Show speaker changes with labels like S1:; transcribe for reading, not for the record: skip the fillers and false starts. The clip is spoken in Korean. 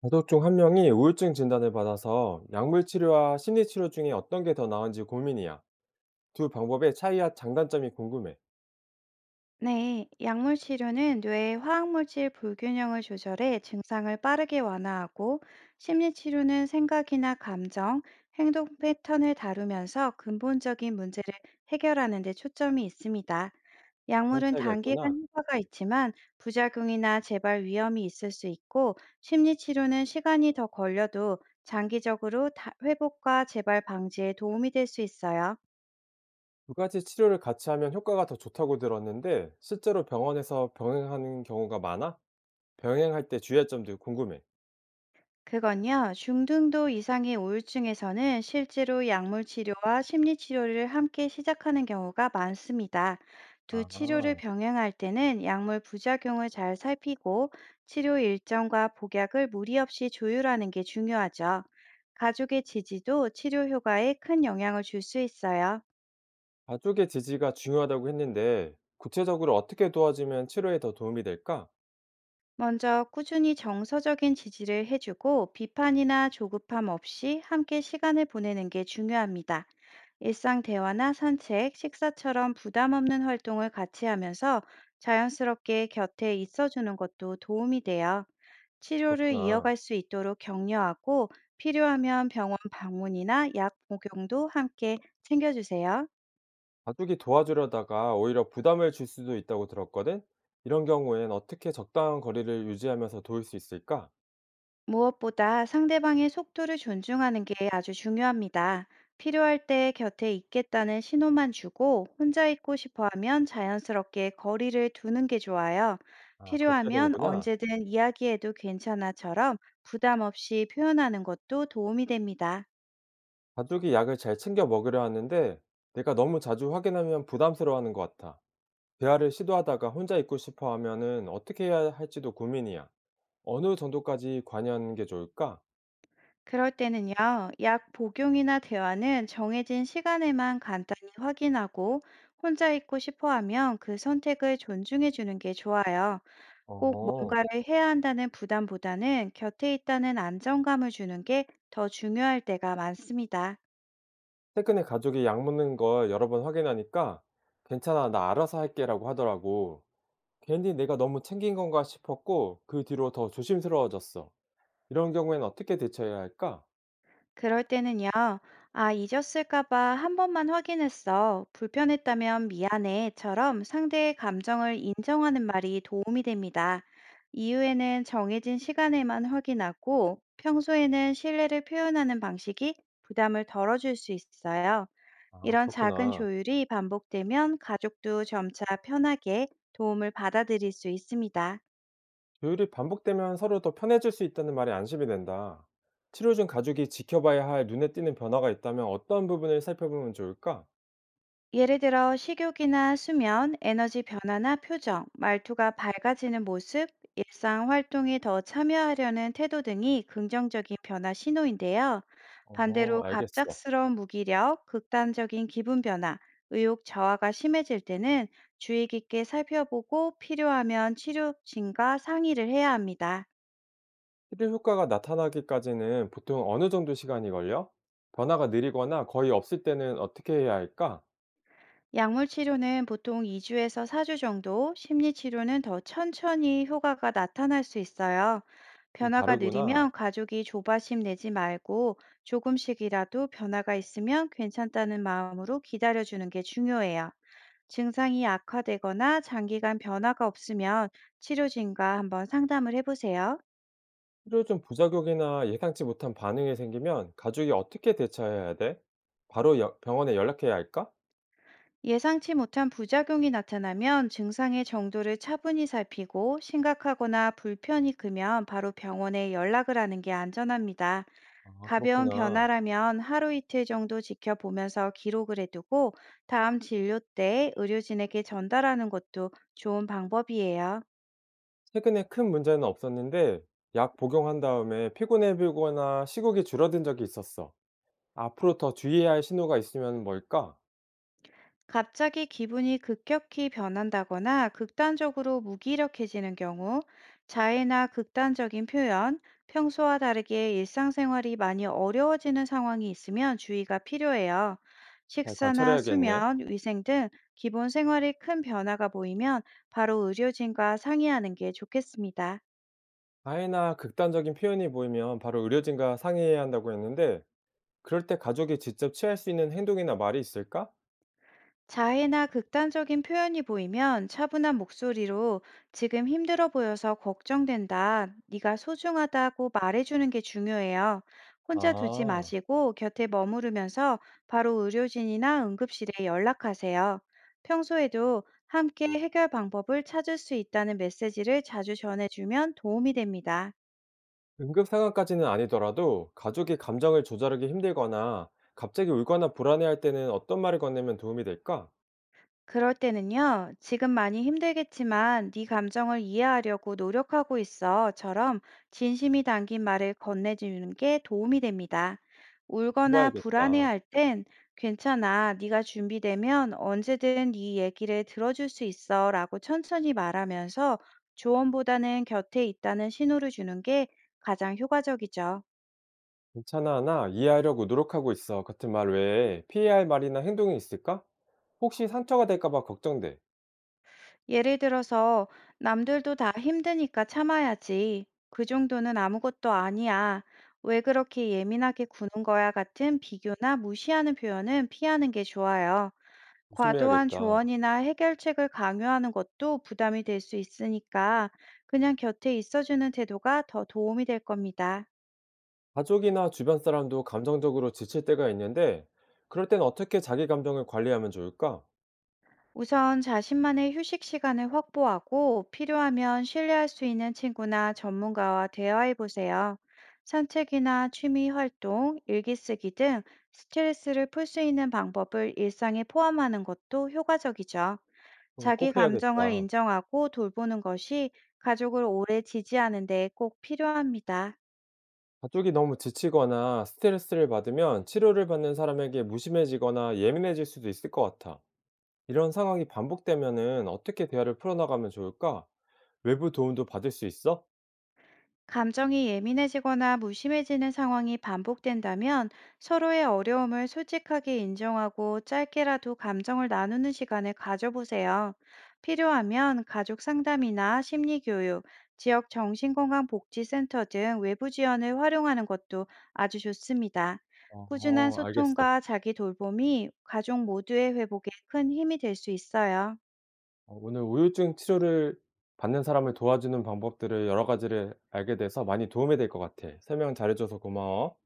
S1: 가족 중 한 명이 우울증 진단을 받아서 약물 치료와 심리 치료 중에 어떤 게 더 나은지 고민이야. 두 방법의 차이와 장단점이 궁금해.
S2: 네, 약물 치료는 뇌의 화학물질 불균형을 조절해 증상을 빠르게 완화하고, 심리 치료는 생각이나 감정, 행동 패턴을 다루면서 근본적인 문제를 해결하는 데 초점이 있습니다.
S1: 그런
S2: 약물은
S1: 차이가 있구나.
S2: 단기간 효과가 있지만 부작용이나 재발 위험이 있을 수 있고, 심리 치료는 시간이 더 걸려도 장기적으로 회복과 재발 방지에 도움이 될 수 있어요.
S1: 두 가지 치료를 같이 하면 효과가 더 좋다고 들었는데 실제로 병원에서 병행하는 경우가 많아? 병행할 때 주의점도 궁금해.
S2: 그건요, 중등도 이상의 우울증에서는 실제로 약물 치료와 심리 치료를 함께 시작하는 경우가 많습니다. 두 치료를
S1: 아,
S2: 병행할 때는 약물 부작용을 잘 살피고 치료 일정과 복약을 무리 없이 조율하는 게 중요하죠. 가족의 지지도 치료 효과에 큰 영향을 줄 수 있어요.
S1: 가족의 지지가 중요하다고 했는데 구체적으로 어떻게 도와주면 치료에 더 도움이 될까?
S2: 먼저 꾸준히 정서적인 지지를 해주고 비판이나 조급함 없이 함께 시간을 보내는 게 중요합니다. 일상 대화나 산책, 식사처럼 부담 없는 활동을 같이 하면서 자연스럽게 곁에 있어주는 것도 도움이 돼요. 치료를
S1: 그렇구나.
S2: 이어갈 수 있도록 격려하고 필요하면 병원 방문이나 약 복용도 함께 챙겨주세요.
S1: 가족이 도와주려다가 오히려 부담을 줄 수도 있다고 들었거든? 이런 경우엔 어떻게 적당한 거리를 유지하면서 도울 수 있을까?
S2: 무엇보다 상대방의 속도를 존중하는 게 아주 중요합니다. 필요할 때 곁에 있겠다는 신호만 주고 혼자 있고 싶어 하면 자연스럽게 거리를 두는 게 좋아요.
S1: 아, 그렇게 해야
S2: 필요하면
S1: 되는구나.
S2: 언제든 이야기해도 괜찮아처럼 부담 없이 표현하는 것도 도움이 됩니다.
S1: 가족이 약을 잘 챙겨 먹으려 하는데 내가 너무 자주 확인하면 부담스러워하는 것 같아. 대화를 시도하다가 혼자 있고 싶어 하면은 어떻게 해야 할지도 고민이야. 어느 정도까지 관여하는 게 좋을까?
S2: 그럴 때는요, 약 복용이나 대화는 정해진 시간에만 간단히 확인하고 혼자 있고 싶어 하면 그 선택을 존중해 주는 게 좋아요. 꼭
S1: 어,
S2: 뭔가를 해야 한다는 부담보다는 곁에 있다는 안정감을 주는 게 더 중요할 때가 많습니다.
S1: 최근에 가족이 약 먹는 걸 여러 번 확인하니까 괜찮아, 나 알아서 할게라고 하더라고. 괜히 내가 너무 챙긴 건가 싶었고 그 뒤로 더 조심스러워졌어. 이런 경우에는 어떻게 대처해야 할까?
S2: 그럴 때는요, 아, 잊었을까 봐 한 번만 확인했어. 불편했다면 미안해.처럼 상대의 감정을 인정하는 말이 도움이 됩니다. 이후에는 정해진 시간에만 확인하고 평소에는 신뢰를 표현하는 방식이 부담을 덜어줄 수 있어요.
S1: 아,
S2: 이런 작은
S1: 그렇구나.
S2: 조율이 반복되면 가족도 점차 편하게 도움을 받아들일 수 있습니다.
S1: 조율이 반복되면 서로 더 편해질 수 있다는 말이 안심이 된다. 치료 중 가족이 지켜봐야 할 눈에 띄는 변화가 있다면 어떤 부분을 살펴보면 좋을까?
S2: 예를 들어 식욕이나 수면, 에너지 변화나 표정, 말투가 밝아지는 모습, 일상 활동에 더 참여하려는 태도 등이 긍정적인 변화 신호인데요.
S1: 어,
S2: 반대로
S1: 알겠어.
S2: 갑작스러운 무기력, 극단적인 기분 변화, 의욕 저하가 심해질 때는 주의 깊게 살펴보고 필요하면 치료 진과 상의를 해야 합니다.
S1: 치료 효과가 나타나기까지는 보통 어느 정도 시간이 걸려? 변화가 느리거나 거의 없을 때는 어떻게 해야 할까?
S2: 약물 치료는 보통 2주에서 4주 정도, 심리 치료는 더 천천히 효과가 나타날 수 있어요.
S1: 좀
S2: 변화가
S1: 다르구나.
S2: 느리면 가족이 조바심 내지 말고 조금씩이라도 변화가 있으면 괜찮다는 마음으로 기다려주는 게 중요해요. 증상이 악화되거나 장기간 변화가 없으면 치료진과 한번 상담을 해보세요.
S1: 필요종 부작용이나 예상치 못한 반응이 생기면 가족이 어떻게 대처해야 돼? 바로 병원에 연락해야 할까?
S2: 예상치 못한 부작용이 나타나면 증상의 정도를 차분히 살피고 심각하거나 불편이 크면 바로 병원에 연락을 하는 게 안전합니다.
S1: 아,
S2: 가벼운
S1: 그렇구나.
S2: 변화라면 하루 이틀 정도 지켜보면서 기록을 해두고 다음 진료 때 의료진에게 전달하는 것도 좋은 방법이에요.
S1: 최근에 큰 문제는 없었는데 약 복용한 다음에 피곤해 보이거나 시국이 줄어든 적이 있었어. 앞으로 더 주의해야 할 신호가 있으면 뭘까?
S2: 갑자기 기분이 급격히 변한다거나 극단적으로 무기력해지는 경우 자해나 극단적인 표현, 평소와 다르게 일상생활이 많이 어려워지는 상황이 있으면 주의가 필요해요.
S1: 잘
S2: 식사나
S1: 관찰해야겠네.
S2: 수면, 위생 등 기본 생활에 큰 변화가 보이면 바로 의료진과 상의하는 게 좋겠습니다.
S1: 가해나 극단적인 표현이 보이면 바로 의료진과 상의해야 한다고 했는데 그럴 때 가족이 직접 취할 수 있는 행동이나 말이 있을까?
S2: 자해나 극단적인 표현이 보이면 차분한 목소리로 지금 힘들어 보여서 걱정된다. 네가 소중하다고 말해주는 게 중요해요. 혼자 두지
S1: 아.
S2: 마시고 곁에 머무르면서 바로 의료진이나 응급실에 연락하세요. 평소에도 함께 해결 방법을 찾을 수 있다는 메시지를 자주 전해주면 도움이 됩니다.
S1: 응급 상황까지는 아니더라도 가족이 감정을 조절하기 힘들거나 갑자기 울거나 불안해할 때는 어떤 말을 건네면 도움이 될까?
S2: 그럴 때는요, 지금 많이 힘들겠지만 네 감정을 이해하려고 노력하고 있어처럼 진심이 담긴 말을 건네주는 게 도움이 됩니다. 울거나
S1: 해봐야겠다.
S2: 불안해할 땐 괜찮아, 네가 준비되면 언제든 네 얘기를 들어줄 수 있어라고 천천히 말하면서 조언보다는 곁에 있다는 신호를 주는 게 가장 효과적이죠.
S1: 괜찮아, 나 이해하려고 노력하고 있어. 같은 말 외에 피해야 할 말이나 행동이 있을까? 혹시 상처가 될까봐 걱정돼.
S2: 예를 들어서 남들도 다 힘드니까 참아야지. 그 정도는 아무것도 아니야. 왜 그렇게 예민하게 구는 거야 같은 비교나 무시하는 표현은 피하는 게 좋아요. 과도한
S1: 조심해야겠다.
S2: 조언이나 해결책을 강요하는 것도 부담이 될 수 있으니까 그냥 곁에 있어주는 태도가 더 도움이 될 겁니다.
S1: 가족이나 주변 사람도 감정적으로 지칠 때가 있는데, 그럴 땐 어떻게 자기 감정을 관리하면 좋을까?
S2: 우선 자신만의 휴식 시간을 확보하고 필요하면 신뢰할 수 있는 친구나 전문가와 대화해 보세요. 산책이나 취미 활동, 일기 쓰기 등 스트레스를 풀 수 있는 방법을 일상에 포함하는 것도 효과적이죠.
S1: 어,
S2: 자기
S1: 꼭
S2: 감정을
S1: 해야겠다.
S2: 인정하고 돌보는 것이 가족을 오래 지지하는 데 꼭 필요합니다.
S1: 가족이 너무 지치거나 스트레스를 받으면 치료를 받는 사람에게 무심해지거나 예민해질 수도 있을 것 같아. 이런 상황이 반복되면은 어떻게 대화를 풀어나가면 좋을까? 외부 도움도 받을 수 있어?
S2: 감정이 예민해지거나 무심해지는 상황이 반복된다면 서로의 어려움을 솔직하게 인정하고 짧게라도 감정을 나누는 시간을 가져보세요. 필요하면 가족 상담이나 심리교육, 지역 정신건강복지센터 등 외부 지원을 활용하는 것도 아주 좋습니다. 꾸준한
S1: 어, 알겠어.
S2: 소통과 자기 돌봄이 가족 모두의 회복에 큰 힘이 될 수 있어요. 네.
S1: 어, 오늘 우울증 치료를 받는 사람을 도와주는 방법들을 여러 가지를 알게 돼서 많이 도움이 될 것 같아. 설명 잘해줘서 고마워.